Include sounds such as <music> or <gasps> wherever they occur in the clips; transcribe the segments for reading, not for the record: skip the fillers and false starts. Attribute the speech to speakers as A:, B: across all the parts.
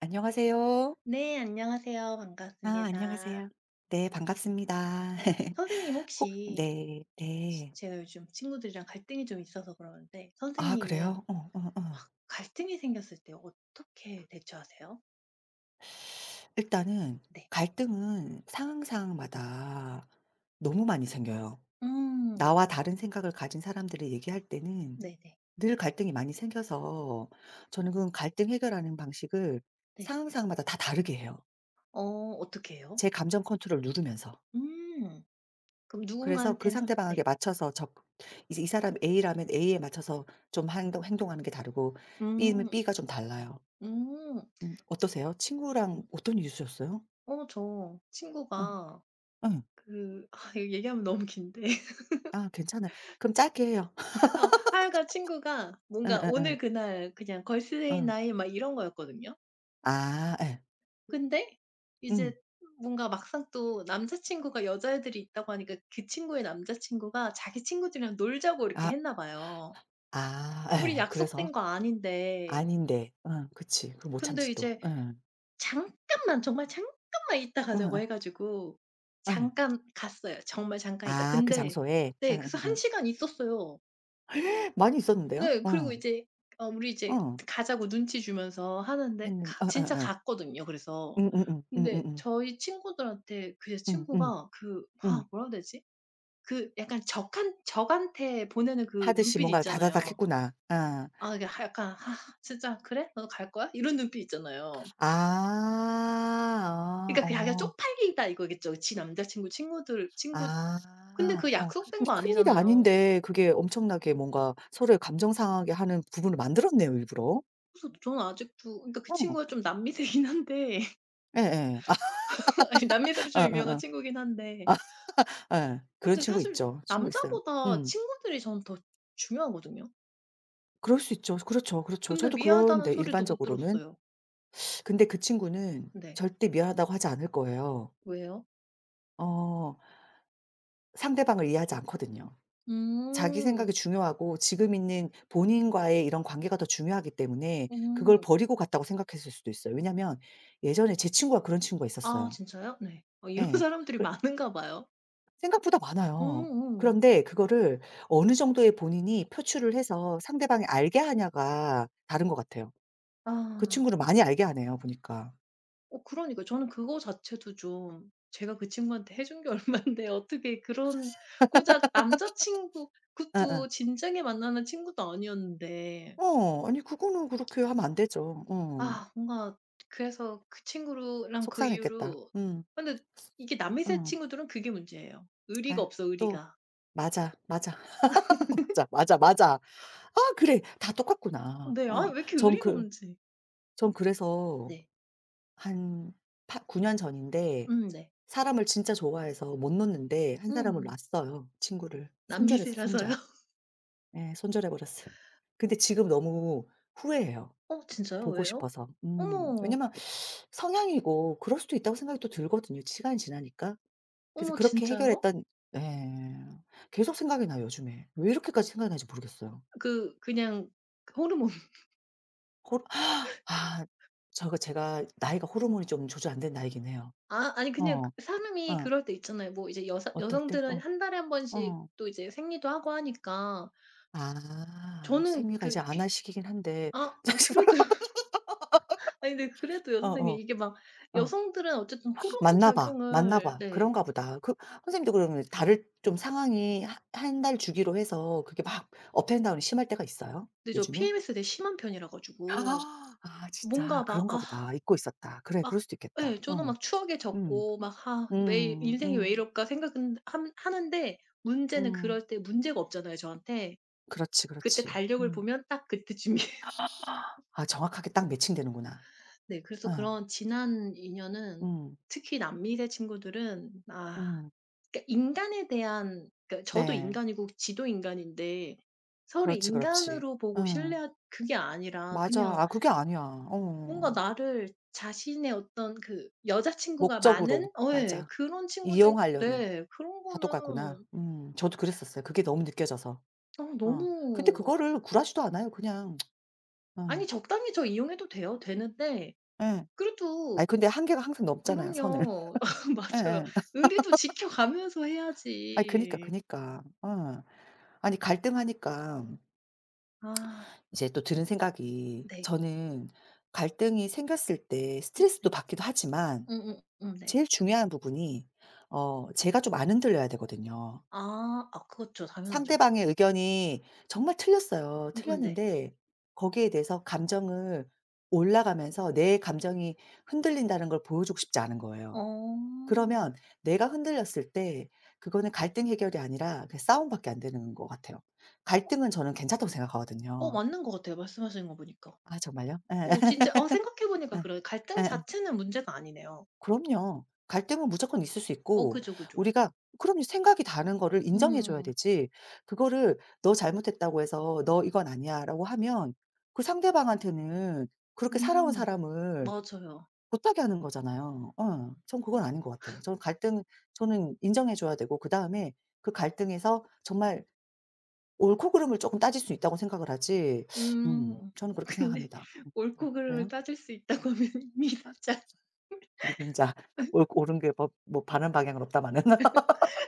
A: 안녕하세요.
B: 네, 안녕하세요.
A: 아
B: 반갑습니다.
A: 안녕하세요. 네 반갑습니다.
B: 네.
A: <laughs>
B: 선생님,
A: 혹
B: 혹시
A: 네
B: 지
A: 네.
B: 제가 요즘 친구들이랑 갈등이 좀 있어서 그러는데,
A: 아
B: 선생님은
A: 그래요? 어 어
B: 막
A: 어.
B: 갈등이 생겼을 때 어떻게 대처하세요?
A: 일단은
B: 네.
A: 갈등은 상황상황마다 너무 많이 생겨요. 나와
B: 맞아요.
A: 다른 생각을 가진 사람들을 얘기할 때는
B: 네네.
A: 늘 갈등이 많이 생겨서 저는 그 갈등 해결하는 방식을
B: 네.
A: 상황상황마다 다 다르게 해요.
B: 어, 어떻게 해요?
A: 제 감정 컨트롤 누르면서.
B: 음. 그럼
A: 그래서 그
B: 누군가한테는
A: 상대방에게
B: 네.
A: 맞춰서 적 이제 이 사람 A라면 A에 맞춰서 좀 행동하는 게 다르고 B면
B: 음.
A: B가 좀 달라요.
B: 음.
A: 어떠세요? 친구랑 어떤 일스 있으셨어요?
B: 저
A: 응.
B: 친구가
A: 응.
B: 그 <laughs> 아, 이거 얘기하면 너무 긴데.
A: 아 괜찮아요. 그럼 짧게 해요. <laughs>
B: <laughs> 하여간 친구가
A: 응,
B: 뭔가
A: 응, 응,
B: 오늘 그날 그냥 걸스데이
A: 응.
B: 나이 막 이런 거였거든요.
A: 아 예.
B: 근데 이제
A: 응,
B: 뭔가 막상 또 남자 친구가 여자애들이 있다고 하니까 그 친구의 남자 친구가 자기 친구들이랑 놀자고
A: 아
B: 이렇게 했나 봐요.
A: 아
B: 우리
A: 예. 그래서
B: 약속된 거 아닌데.
A: 아닌데. 응, 그치. 그거 못
B: 근데
A: 참지 또.
B: 이제
A: 응,
B: 잠깐만, 정말 잠깐만 있다
A: 응,
B: 가자고
A: 응,
B: 해 가지고
A: 예.
B: 잠깐 갔어요. 정말 잠깐 있다.
A: 아 그
B: 근데
A: 장소에.
B: 네,
A: 응,
B: 그래서
A: 응,
B: 한
A: 응.
B: 시간 있었어요.
A: 많이 있었는데요?
B: 네.
A: 어.
B: 그리고 이제 우리 이제
A: 어.
B: 가자고 눈치 주면서 하는데
A: 했는
B: 가,
A: 어어
B: 진짜
A: 어.
B: 갔거든요 그래서.
A: 응, 응, 응, 응,
B: 근데
A: 응,
B: 저희 친구들한테 그
A: 응, 응, 응.
B: 친구가 그 아, 뭐라 해야 되지? 그 약간 적한테 보내는 그
A: 하듯이
B: 눈빛이
A: 뭔가 다다닥
B: 있잖아요.
A: 했구나. 아.
B: 아 이게 하 약간 '아, 진짜 그래? 너 갈 거야?' 이런 눈빛 있잖아요.
A: 아. 아
B: 그러니까 그 자기가
A: 어.
B: 쪽팔리다 이거겠죠. 지 남자 친구 친구들 친구
A: 아.
B: 근데 그
A: 어.
B: 약속된
A: 근데
B: 거
A: 큰일이
B: 아니잖아요.
A: 아닌데 그게 엄청나게 뭔가 서로의 감정 상하게 하는 부분을 만들었네요 일부러.
B: 그래서 저는 아직도, 그러니까 그
A: 어.
B: 친구가 좀 남미세긴 한데
A: 예예. 아
B: <laughs> 아니 남미세로 좀 유명한
A: 어어어.
B: 친구긴 한데,
A: 예. 그런
B: 근데
A: 친구
B: 사실
A: 있죠. 친구 있어요.
B: 남자보다
A: 음.
B: 친구들이 저는 더 중요하거든요.
A: 그럴 수 있죠. 그렇죠, 그렇죠.
B: 근데
A: 저도
B: 미안하다는
A: 그런데
B: 소리도 못
A: 일반적으로는.
B: 들었어요.
A: 근데 그 친구는
B: 네.
A: 절대 미안하다고 하지 않을 거예요.
B: 왜요?
A: 어. 상대방을 이해하지 않거든요. 자기
B: 음.
A: 생각이 중요하고 지금 있는 본인과의 이런 관계가 더 중요하기 때문에 그걸
B: 음.
A: 버리고 갔다고 생각했을 수도 있어요. 왜냐면 예전에 제 친구가 그런 친구가
B: 아
A: 있었어요.
B: 진짜요? 네. 어, 이런
A: 예.
B: <laughs> 사람들이
A: 그
B: 많은가 봐요.
A: 생각보다 많아요.
B: 음음.
A: 그런데 그거를 어느 정도의 본인이 표출을 해서 상대방이 알게 하냐가 다른 것 같아요. 그
B: 아.
A: 친구를 많이 알게 하네요 보니까.
B: 어 그러니까요. 저는 그거 자체도 좀, 제가 그 친구한테 해준 게 <laughs> 얼만데 어떻게 그런, 고작 남자 친구,
A: 예예.
B: 그것도 진작에 만나는 친구도 아니었는데
A: 어 아니 그거는 그렇게 하면 안 되죠. 어.
B: 아 뭔가 그래서 그 친구랑 그
A: 속상했겠다.
B: 이후로
A: 음.
B: 근데 이게 남미새
A: 음.
B: 친구들은 그게 문제예요.
A: 아휴
B: 의리가 없어,
A: 또
B: 의리가.
A: 맞아, 맞아. <laughs> 맞아, 맞아, 맞아. 아 그래. 다 똑같구나.
B: 네. 아
A: 어.
B: 왜 이렇게
A: 전
B: 의리가
A: 그
B: 없는지.
A: 전 그래서
B: 네.
A: 한 팔 9 년 전인데
B: 음, 네.
A: 사람을 진짜 좋아해서 못 놓는데 한 사람을
B: 음.
A: 놨어요, 친구를.
B: 남미세
A: 손절했어,
B: 라서
A: 손절.
B: 요 <laughs>
A: 예. 손절해 버렸어요. 근데 지금 너무 후회해요,
B: "어 진짜요?
A: 보고
B: 왜요?
A: 싶어서. 음.
B: 어머,
A: 왜냐면 성향이고 그럴 수도 있다고 생각이 또 들거든요, 시간이 지나니까. 그래서
B: 어머
A: 그렇게
B: 진짜요?"
A: 해결했던 예. 계속 생각이 나요, 요즘에. 왜 이렇게까지 생각이 나는지 모르겠어요.
B: 그, 그냥 호르몬. <laughs>
A: 고르 <gasps> 아 저거 제가 나이가 호르몬이 좀 조절 안 된 나이긴 해요.
B: 아 아니 그냥
A: 어.
B: 그 사람이
A: 어.
B: 그럴 때 있잖아요. 뭐 이제 여사
A: 어떨 때
B: 여성들은
A: 어.
B: 한 달에 한 번씩
A: 어.
B: 또 이제 생리도 하고 하니까
A: 아
B: 저는
A: 생리가 이제
B: 그
A: 안
B: 피
A: 할 시기긴 한데 <laughs> 사실
B: 그래도 아니 근데 그래도요
A: 어어
B: 선생님,
A: 어.
B: 이게 막
A: 어.
B: 여성들은 어쨌든 호르몬
A: 맞나 봐, 맞나
B: 작용을
A: 봐.
B: 네.
A: 그런가 보다. 그 선생님도 그러면 다를 좀 상황이 한 달 주기로 해서 그게 막 업앤 다운이 심할 때가 있어요?
B: 근데 저
A: 요즘에?
B: PMS 되게 심한 편이라 가지고
A: 아 아, 진짜
B: 뭔가 막
A: 그런가
B: 아
A: 보다. 잊고 있었다. 그래 그럴
B: 막
A: 수도 있겠다.
B: 예 저는
A: 응.
B: 막 추억에
A: 음.
B: 젖고 막 '아 왜
A: 음.
B: 인생이 왜
A: 음.
B: 이럴까?' 생각은 함 하는데, 문제는
A: 음.
B: 그럴 때 문제가 없잖아요 저한테.
A: 그렇지,
B: 그때
A: 그렇지.
B: 달력을
A: 음.
B: 보면 딱 그때쯤이에요.
A: 아 정확하게 딱 매칭되는구나.
B: 네, 그래서
A: 예.
B: 그런 지난 인연은
A: 음.
B: 특히 남미세 친구들은 아
A: 음.
B: 그러니까 인간에 대한, 그러니까 저도
A: 네.
B: 인간이고 지도 인간인데 서로
A: 그렇지, 그렇지.
B: 인간으로 보고
A: 응,
B: 신뢰하 그게 아니라
A: 맞아.
B: 그냥
A: 아 그게 아니야. 어. 어,
B: 뭔가
A: 어.
B: 나를 자신의 어떤 그 여자친구가
A: 목적으로.
B: 많은 어 예.
A: 맞아.
B: 그런 친구들
A: 이용하려는
B: 네. 그런
A: 다도가구나.
B: 거는
A: 음. 저도 그랬었어요. 그게 너무 느껴져서.
B: 어
A: 어. 근데
B: 너무
A: 그거를 굴하지도 않아요. 그냥 어.
B: 아니 적당히 저 이용해도 돼요. 되는데
A: 예.
B: 그래도
A: 아니 근데 한계가 항상 넘잖아요 선을. <laughs>
B: 그럼요. <laughs> 맞아요.
A: 예예.
B: 의리도 지켜가면서
A: 아이 그니까,
B: 해야지.
A: 그니까. 어. 아니 갈등하니까
B: 아
A: 이제 또 들은 생각이
B: 네.
A: 저는 갈등이 생겼을 때 스트레스도
B: 네.
A: 받기도 하지만
B: 음음 네.
A: 제일 중요한 부분이 어 제가 좀 안 흔들려야 되거든요.
B: 아. 아 그렇죠. 당연하죠.
A: 상대방의 의견이 정말 틀렸어요.
B: 음음 네.
A: 틀렸는데 거기에 대해서 감정을 올라가면서 내 감정이 흔들린다는 걸 보여주고 싶지 않은 거예요.
B: 어.
A: 그러면 내가 흔들렸을 때 그거는 갈등 해결이 아니라 그냥 싸움밖에 안 되는 것 같아요. 갈등은 저는 괜찮다고
B: 어
A: 생각하거든요.
B: 맞는 것 같아요, 말씀하시는 거 보니까.
A: 아 정말요? 예.
B: 어
A: <laughs>
B: 진짜, 어 생각해 보니까
A: 예.
B: 그래요. 갈등
A: 예
B: 자체는 문제가 아니네요.
A: 그럼요. 갈등은 무조건 있을 수
B: 어
A: 있고
B: 그죠, 그죠.
A: 우리가 그럼요. 생각이 다른 거를 인정해 줘야
B: 음.
A: 되지 그거를 "너 잘못했다고 해서 너 이건 아니야."라고 하면 그 상대방한테는 그렇게 살아온
B: 음.
A: 사람을
B: 맞아요.
A: 못하게 하는 거잖아요. 어. 전 그건 아닌 것 같아요. 저는 갈등 저는 인정해 줘야 되고 그다음에 그 갈등에서 정말 옳고 그름을 조금 따질 수 있다고 생각을 하지
B: 음.
A: 저는 그렇게
B: <laughs> 근데
A: 생각합니다. 음. 네.
B: 옳고 그름을
A: 왜요?
B: 따질 수 있다고 하면 <laughs> 이미 살짝,
A: 믿는 자. <laughs> 옳고 옳은 게 뭐 바른 방향은 없다마는.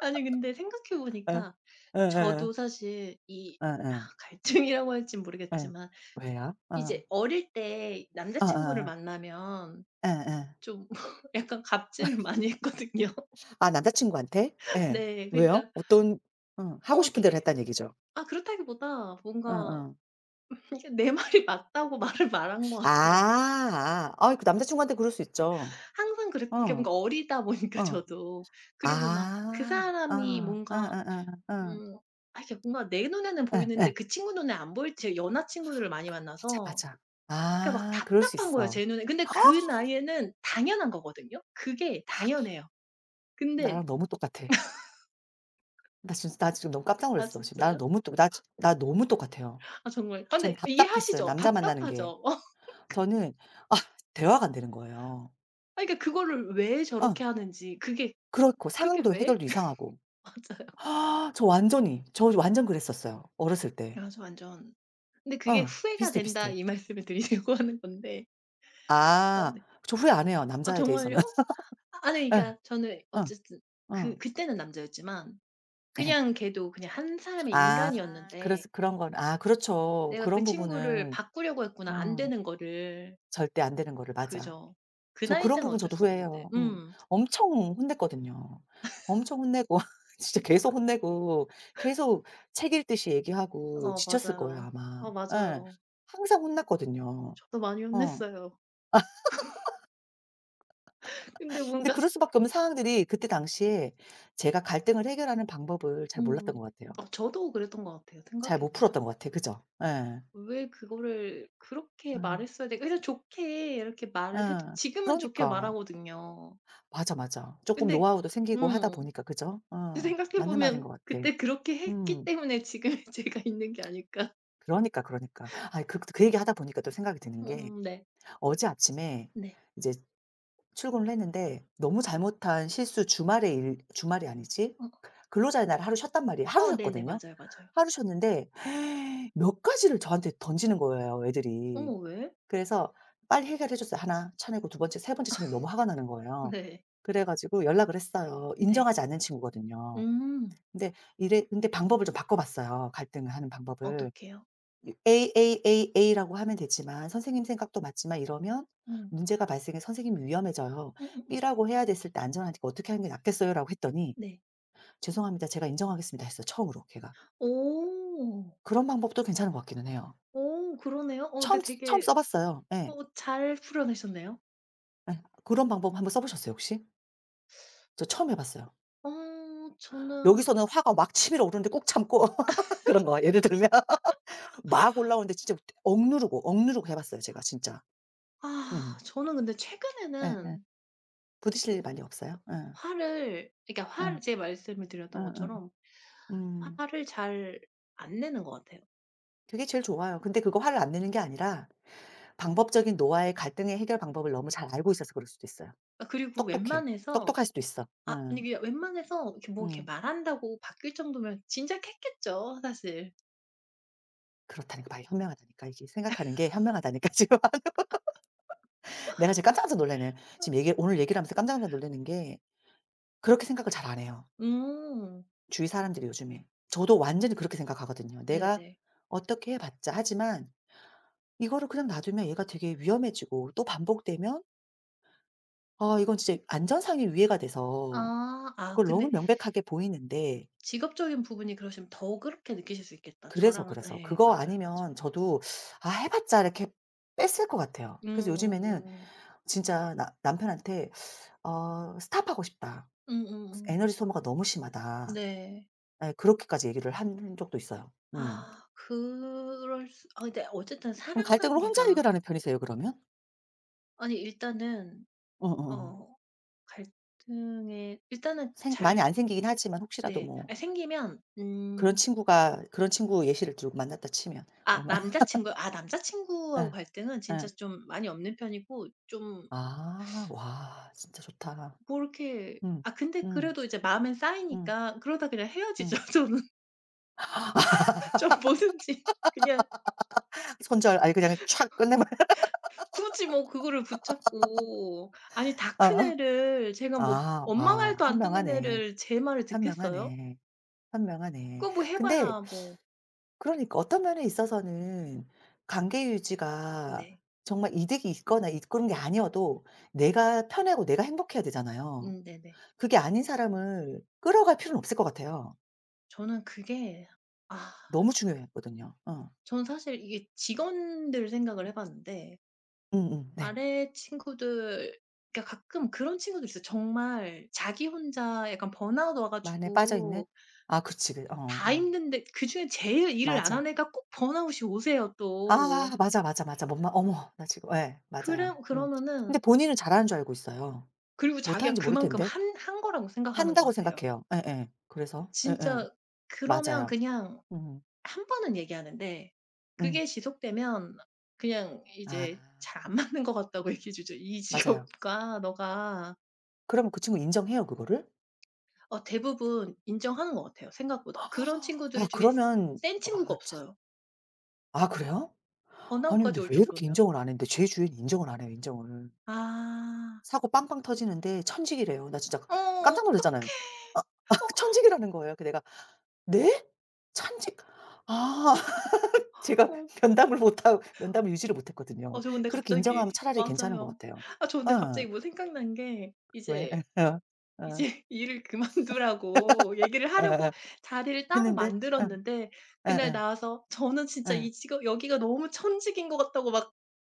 B: 아니 근데 생각해
A: 예.
B: 보니까
A: 예예예.
B: 저도 사실 이 아
A: 예예.
B: 갈등이라고 할진
A: 예.
B: 모르겠지만
A: 왜요? 어.
B: 이제 어릴 때 남자 친구를
A: 어어어.
B: 만나면
A: 예예.
B: 좀 <laughs> 약간 갑질을 많이 했거든요.
A: 아 남자 친구한테?
B: <laughs>
A: 예.
B: 네.
A: 왜요?
B: 그러니까
A: 어떤 어.
B: 어
A: 하고 싶은 대로
B: 이렇게,
A: 했다는 얘기죠?
B: 아 그렇다기보다 뭔가
A: 어어.
B: 이게 내 말이 맞다고 <laughs> 말을 말한 것 같아요.
A: 아. 아 어, 그 남자 친구한테 그럴 수 있죠.
B: 항상 그랬, 이게
A: 어.
B: 뭔가 어리다 보니까
A: 어.
B: 저도. 그리고 막 그
A: 아. 어.
B: 사람이 뭔가
A: 어어어. 어.
B: 음 아 이게 뭔가 내 눈에는
A: 예 예.
B: 보이는데 그 친구 눈에 안 보일, 제 연하 친구들을 많이 만나서
A: 맞아, 맞아.
B: 그러니까 막
A: 아 그럴 수
B: 답답한 거예요
A: 있어.
B: 제 눈에. 근데 그
A: <gasps>
B: 나이에는 당연한 거거든요. 그게 당연해요. 근데
A: 나랑 너무 똑같아. 나 진짜 나 지금 너무 깜짝
B: 아
A: 놀랐어. 지금 나랑
B: 진짜요?
A: 너무 똑 나 지 나 너무 똑같아요.
B: 아 정말 아
A: 전
B: 근데
A: 답답했어요
B: 이해하시죠?
A: 남자 만나는 게.
B: 답답하죠? <laughs> 어. 아
A: 저는 아 대화가 안 되는 거예요.
B: 그러니까 그거를 왜
A: 어
B: 저렇게 하는지 그게
A: 그렇고
B: 그게
A: 상황도
B: 왜?
A: 해결도
B: <laughs>
A: 이상하고.
B: 맞아요.
A: 아, 저 완전히 저 완전 그랬었어요 어렸을 때.
B: 아 저 완전 근데 그게
A: 어
B: "후회가
A: 비슷해,
B: 된다."
A: 비슷해.
B: 이 말씀을 드리려고 <laughs> 하는 건데 아
A: 아
B: 네.
A: 저 후회 안 해요
B: "아
A: 남자에
B: 정말요?"
A: 대해서는.
B: 아
A: <laughs>
B: 아니
A: 예.
B: 그러니까 저는
A: 어.
B: 어쨌든
A: 어.
B: 그 그때는 남자였지만
A: 예.
B: 그냥 걔도 그냥 한 사람의
A: 아
B: 인간이었는데
A: 그래서 그런 건 아 그렇죠.
B: 내가
A: 그런
B: 그 친구를
A: 부분은
B: 바꾸려고 했구나. 안
A: 어
B: 되는 거를.
A: 절대 안 되는 거를 맞아.
B: 그죠. 그
A: 저
B: 나이
A: 그런
B: 때는
A: 부분
B: 어쩔
A: 저도
B: 수 없는데.
A: 후회해요. 음.
B: 음.
A: 엄청 혼냈거든요. 엄청 혼내고 <laughs> 진짜 계속 혼내고 계속 책 읽듯이 얘기하고
B: 어
A: 지쳤을 거예요
B: 맞아요.
A: 아마.
B: 어
A: 예.
B: 맞아요.
A: 항상 혼났거든요.
B: 저도 많이
A: 어.
B: 혼냈어요. 근데
A: 근데
B: 뭔가
A: 그럴 수밖에 없는 상황들이 그때 당시에 제가 갈등을 해결하는 방법을 잘 몰랐던
B: 음.
A: 것 같아요.
B: 어 저도 그랬던 것 같아요 생각해
A: 잘 못
B: 보면.
A: 풀었던 것 같아요. 그죠? 예.
B: 왜 그거를 그렇게
A: 음.
B: 말했어야 될까, 그냥 좋게 이렇게 말을 해도,
A: 예.
B: 지금은 좋게
A: 그러니까.
B: 말하거든요.
A: 맞아, 맞아. 조금
B: 근데
A: 노하우도 생기고 하다
B: 음.
A: 보니까 그죠? 어.
B: 생각해
A: 맞는 말인
B: 보면
A: 것 같아.
B: 그때 그렇게 했기
A: 음.
B: 때문에 지금의 <laughs> 제가 있는 게 아닐까.
A: 그러니까, 그러니까. 아 그 얘기 하다 보니까 또 생각이 드는 게
B: 네.
A: 어제 아침에
B: 네.
A: 이제 출근을 했는데 너무 잘못한 실수 주말에 일 주말이 아니지
B: 어
A: 근로자의 날 하루 쉬었단 말이에요. 하루
B: 어 네네.
A: 쉬었거든요.
B: 맞아요, 맞아요.
A: 하루 쉬었는데 <sighs> 몇 가지를 저한테 던지는 거예요 애들이.
B: 어머 왜?
A: 그래서 빨리 해결해 줬어요. 하나 차내고 두 번째, 세 번째 차내고 너무 화가 나는 거예요.
B: 네.
A: 그래 가지고 연락을 했어요.
B: 네.
A: 인정하지 않는 친구거든요.
B: 음.
A: 근데 방법을 좀 바꿔 봤어요 갈등을 하는 방법을.
B: 어떡해요?
A: AAAA라고 하면 되지만 선생님 생각도 맞지만 이러면
B: 음.
A: 문제가 발생해 선생님이 위험해져요.
B: 음음음.
A: B라고 해야 됐을 때 안전하니까 "어떻게 하는 게 낫겠어요?"라고 했더니
B: 네.
A: "죄송합니다. 제가 인정하겠습니다." 했어요 처음으로 걔가.
B: 오.
A: 그런 방법도 괜찮은 것 같기는 해요.
B: 오 그러네요. 어 네
A: 처음
B: 되게
A: 써 봤어요. 예.
B: 어 잘 풀어내셨네요.
A: 예. 그런 방법 한번 써 보셨어요 혹시? 저 처음 해 봤어요.
B: 어 저는
A: 여기서는 화가 막 치밀어 오르는데 꾹 참고 <laughs> 그런 거 예를 들면 막 올라오는데 진짜 억누르고, 억누르고 해 봤어요 제가 진짜.
B: 아
A: 음.
B: 저는 근데
A: 예예.
B: 최근에는
A: 부딪힐 일 많이 없어요? 예.
B: 화를, 그러니까
A: 어.
B: 화를 제 말씀을 드렸던
A: 어어.
B: 것처럼
A: 음.
B: 화를 잘 안 내는 것 같아요.
A: 그게 제일 좋아요. 근데 그거 화를 안 내는 게 아니라 방법적인 노화의 갈등의 해결 방법을 너무 잘 알고 있어서 그럴 수도 있어요.
B: 아 그리고
A: 똑똑해.
B: 웬만해서
A: 똑똑할 수도 있어.
B: 아
A: 어.
B: 아니 그냥 웬만해서 이렇게 뭐 이렇게
A: 음.
B: 말한다고 바뀔 정도면 진작 했겠죠 사실.
A: 그렇다니까 말이 현명하다니까. 이게 생각하는 게 현명하다니까 <laughs> 지금. 내가 지금 깜짝깜짝 놀라네. 지금 얘기 오늘 얘기를 하면서 깜짝깜짝 놀라는 게 그렇게 생각을 잘 안 해요,
B: 음.
A: 주위 사람들이 요즘에. 저도 완전히 그렇게 생각하거든요. 내가
B: 네네.
A: 어떻게 해 봤자 하지만 이거를 그냥 놔두면 얘가 되게 위험해지고 또 반복되면 아 이건 진짜 안전상의 위해가 돼서
B: 아. 아
A: 그걸 너무
B: 근데
A: 명백하게 보이는데
B: 직업적인 부분이 그러시면 더 그렇게 느끼실 수 있겠다.
A: 그래서,
B: 저랑은
A: 그래서
B: 네
A: 그거
B: 맞아요, 맞아요.
A: 아니면 저도 '아 해 봤자.' 이렇게 뺐을 것 같아요. 그래서 요즘에는
B: 음음음.
A: 진짜 나 남편한테 어 스탑하고 싶다.
B: 음음음.
A: 에너지 소모가 너무 심하다."
B: 네.
A: 예 그렇게까지 얘기를 한 적도 있어요. 음.
B: 아 그럴 수 아 근데 어쨌든
A: 그럼
B: 사람
A: 갈등을 혼자
B: 관계가
A: 해결하는 편이세요 그러면?
B: 아니 일단은
A: 어어어.
B: 어 갈등에 일단은
A: 생 많이
B: 잘
A: 안 생기긴 하지만 혹시라도
B: 네.
A: 뭐
B: 아 생기면
A: 그런 친구가 그런 친구 예시를 들고 만났다 치면
B: 아
A: 얼마
B: 남자
A: <laughs>
B: 친구 아 남자친구하고
A: 예.
B: 갈등은 진짜
A: 예.
B: 좀 많이 없는 편이고 좀
A: 아. 와 진짜 좋다.
B: 뭐 이렇게
A: 음.
B: 아 근데
A: 음.
B: 그래도 이제 마음엔
A: 음.
B: 쌓이니까 그러다 그냥
A: 음.
B: 헤어지죠. <laughs> 저는 좀 뭐든지 그냥
A: 딱 손절 아니 그냥 촥 끝내버려 <laughs>
B: 굳이 뭐 그거를 붙잡고, 아니 다 큰
A: 어어.
B: 애를, 제가
A: 아
B: 뭐 엄마
A: 와
B: 말도 안 듣는
A: 현명하네.
B: 애를 제 말을 듣겠어요?
A: 현명하네. 현명하네.
B: 그거 뭐 해
A: 근데
B: 봐야 뭐
A: 그러니까 어떤 면에 있어서는 관계 유지가
B: 네.
A: 정말 이득이 있거나 있 그런 게 아니어도 내가 편하고 내가 행복해야 되잖아요.
B: 네네.
A: 그게 아닌 사람을 끌어갈 필요는 없을 것 같아요.
B: 저는 그게 아
A: 너무 중요했거든요. 어.
B: 저는 사실 이게 직원들 생각을 해 봤는데
A: 음음 네.
B: 아래 친구들 그러니까 가끔 그런 친구들 있어요. 정말 자기 혼자 약간 번아웃 와
A: 만에 빠져있는?
B: 가지고
A: 아 그치. 그
B: 다
A: 어어.
B: 힘든데 그중에 제일 일을 안
A: 맞아.
B: 한 애가 꼭 번아웃이 오세요
A: 아
B: 또.
A: 맞아, 맞아, 맞아. 뭔 말 어머 나 지금 예 맞아요.
B: 그래
A: 음.
B: 그러면은
A: 근데 본인은 잘하는 줄 알고 있어요.
B: 그리고 자기가
A: 못하는지 모를
B: 그만큼
A: 텐데.
B: 한 거라고 생각하는 것
A: 한다고
B: 같아요.
A: 생각해요. 예예. 그래서 예예.
B: 진짜 그러면
A: 맞아요.
B: 그냥
A: 음.
B: 한 번은 얘기하는데
A: 음.
B: 그게 지속되면 그냥
A: 아
B: 이제 "잘 안 맞는 것 같다."고 <laughs> 얘기해 주죠. "이
A: 맞아요.
B: 직업과 너가"
A: 그러면 그 친구 인정해요 그거를?
B: 어 대부분 인정하는 것 같아요 생각보다. 그런
A: 아
B: 친구들 중에 스
A: 그러면
B: 센
A: 와
B: 친구가
A: 참
B: 없어요.
A: 아 그래요? 아니 근데
B: 번아웃까지 올
A: 왜 이렇게
B: 정도면.
A: 인정을 안 했는데 제 주위엔 인정을 안 해요 인정을.
B: 아.
A: 사고 빵빵 터지는데 천직이래요. 나 진짜
B: 어
A: 깜짝 놀랐잖아요.
B: 어떡해.
A: 아 아,
B: 어
A: 천직이라는 거예요. 그 내가 "네? 천직?" 아. 제가
B: 어.
A: <laughs> 면담을 못하고 면담을 유지를
B: 어
A: 못했거든요.
B: 저 근데
A: 그렇게 인정하면
B: 갑자기
A: 차라리 괜찮은 것
B: 맞아요.
A: 같아요.
B: 아 저 근데
A: 어.
B: 갑자기 뭐 생각난 게
A: 왜
B: 이제
A: <laughs> 어
B: 이제
A: 어
B: <laughs> 일을 그만두라고 얘기를 하려고
A: 어어
B: 자리를 따로
A: 했는데 어
B: 만들었는데,
A: 어어
B: 그날
A: 어.
B: 나와서 저는 진짜
A: 어.
B: 이 직업 여기가 너무 천직인 것 같다고 막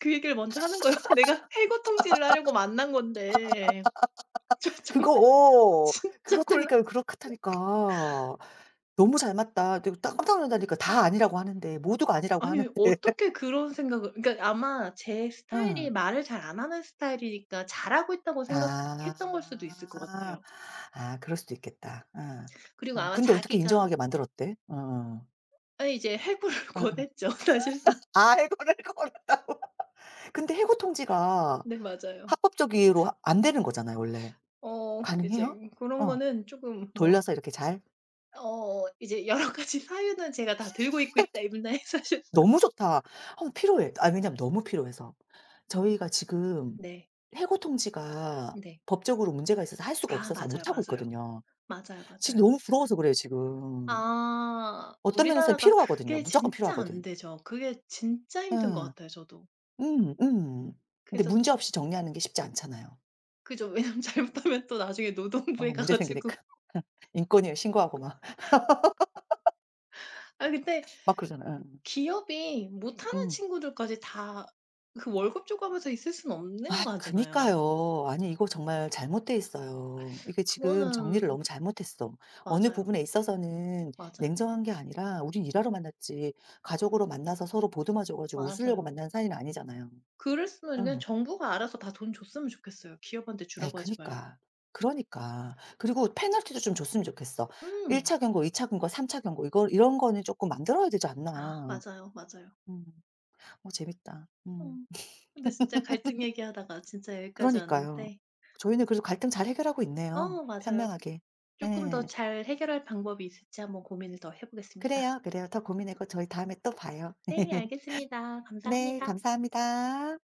B: 그 얘기를 먼저 하는 거예요. <laughs> 내가 해고 통지를 하려고 만난 건데. 저
A: 그거
B: 정말 <laughs>
A: 어
B: 진짜 곤란
A: 그렇다니까요. 그렇다니까. 너무 잘 맞다. 내가 딱 깜짝 놀란다니까. 다 아니라고 하는데 모두가 아니라고 하는데.
B: 아니
A: <laughs>
B: 어떻게 그런 생각을, 그러니까 아마 제 스타일이
A: 응.
B: 말을 잘 안 하는 스타일이니까 잘하고 있다고
A: 아.
B: 생각했던 걸 수도 있을 것 같아요.
A: 아 그럴 수도 있겠다. 어.
B: 그리고
A: 어
B: 아마
A: 근데 어떻게
B: 자기가
A: 인정하게 만들었대? 어어.
B: 아 이제 해고를 <laughs>
A: 어어.
B: 권했죠 사실상.
A: 아이고를 걸었다. 근데 해고 통지가
B: 네 맞아요.
A: 합법적으로 하 안 되는 거잖아요 원래.
B: 어 이제
A: 가능해요?
B: 뭐 그런
A: 어.
B: 거는 조금 뭐
A: 돌려서 이렇게 잘?
B: 어 이제 여러 <laughs> 가지 사유는 제가 다 들고 있고 있다 입나에 사실
A: 너무 좋다. 어 필요해. 아 왜냐면 너무 필요해서. 저희가 지금
B: 네.
A: 해고 통지가
B: 네.
A: 법적으로 문제가 있어서 할 수가
B: 아
A: 없어서
B: 맞아요,
A: 못 하고
B: 맞아요.
A: 있거든요.
B: 맞아요,
A: 지금
B: 맞아요.
A: 너무 부러워서 그래요 지금.
B: 아
A: 어떤 면에서는
B: 우리나라가
A: 필요하거든요.
B: 그게
A: 무조건
B: 진짜 안
A: 필요하거든.
B: 되죠. 그게 진짜 힘든 것
A: 응
B: 같아요 저도.
A: 음 음. 근데
B: 그래서
A: 문제 없이 정리하는 게 쉽지 않잖아요.
B: 그죠. <laughs> 왜냐면 잘못하면 또 나중에
A: 어
B: 노동부에 가
A: 문제
B: 가지고
A: 생기니까. <laughs> 인권위에 신고하고 막 <laughs>
B: 아 근데
A: 막 그러잖아요.
B: 기업이 못하는
A: 응. 음.
B: 친구들까지 다 그 월급 주고 하면서 있을 수는
A: 아
B: 없는 거잖아요.
A: 그니까요. 아니 이거 정말 잘못돼 있어요. 이게 지금 정리를
B: 그거는
A: 너무 잘못했어. 어느
B: 맞아요.
A: 부분에 있어서는
B: 맞아요.
A: 냉정한 게 아니라 우린 일하러 만났지 가족으로 만나서 서로 보듬어 줘 가지고 웃으려고
B: 맞아요.
A: 만난 사이는 아니잖아요.
B: 그랬으면 그냥
A: 응.
B: 정부가 알아서 다 돈 줬으면 좋겠어요, 기업한테
A: 아
B: 주라고 하지 말고.
A: 그니까. 그러니까. 그리고 페널티도 좀 줬으면 좋겠어. 1
B: 음.
A: 차 경고, 2차 경고, 3차 경고 이거 이런 거는 조금 만들어야 되지
B: 아
A: 않나.
B: 맞아요, 맞아요.
A: 음. 어 재밌다. 음.
B: 음, 근데 진짜 갈등 얘기하다가 진짜 여기까지
A: 그러니까요.
B: 왔는데
A: 저희는 그래도 갈등 잘 해결하고 있네요,
B: 어 맞아요.
A: 편명하게.
B: 쪼끔 더
A: 예.
B: 잘 해결할 방법이 있을지 한번 고민을 더 해 보겠습니다.
A: 그래요, 그래요. 더 고민하고 저희 다음에 또 봐요.
B: 네
A: <laughs>
B: 알겠습니다.
A: 네,
B: 감사합니다.
A: 감사합니다.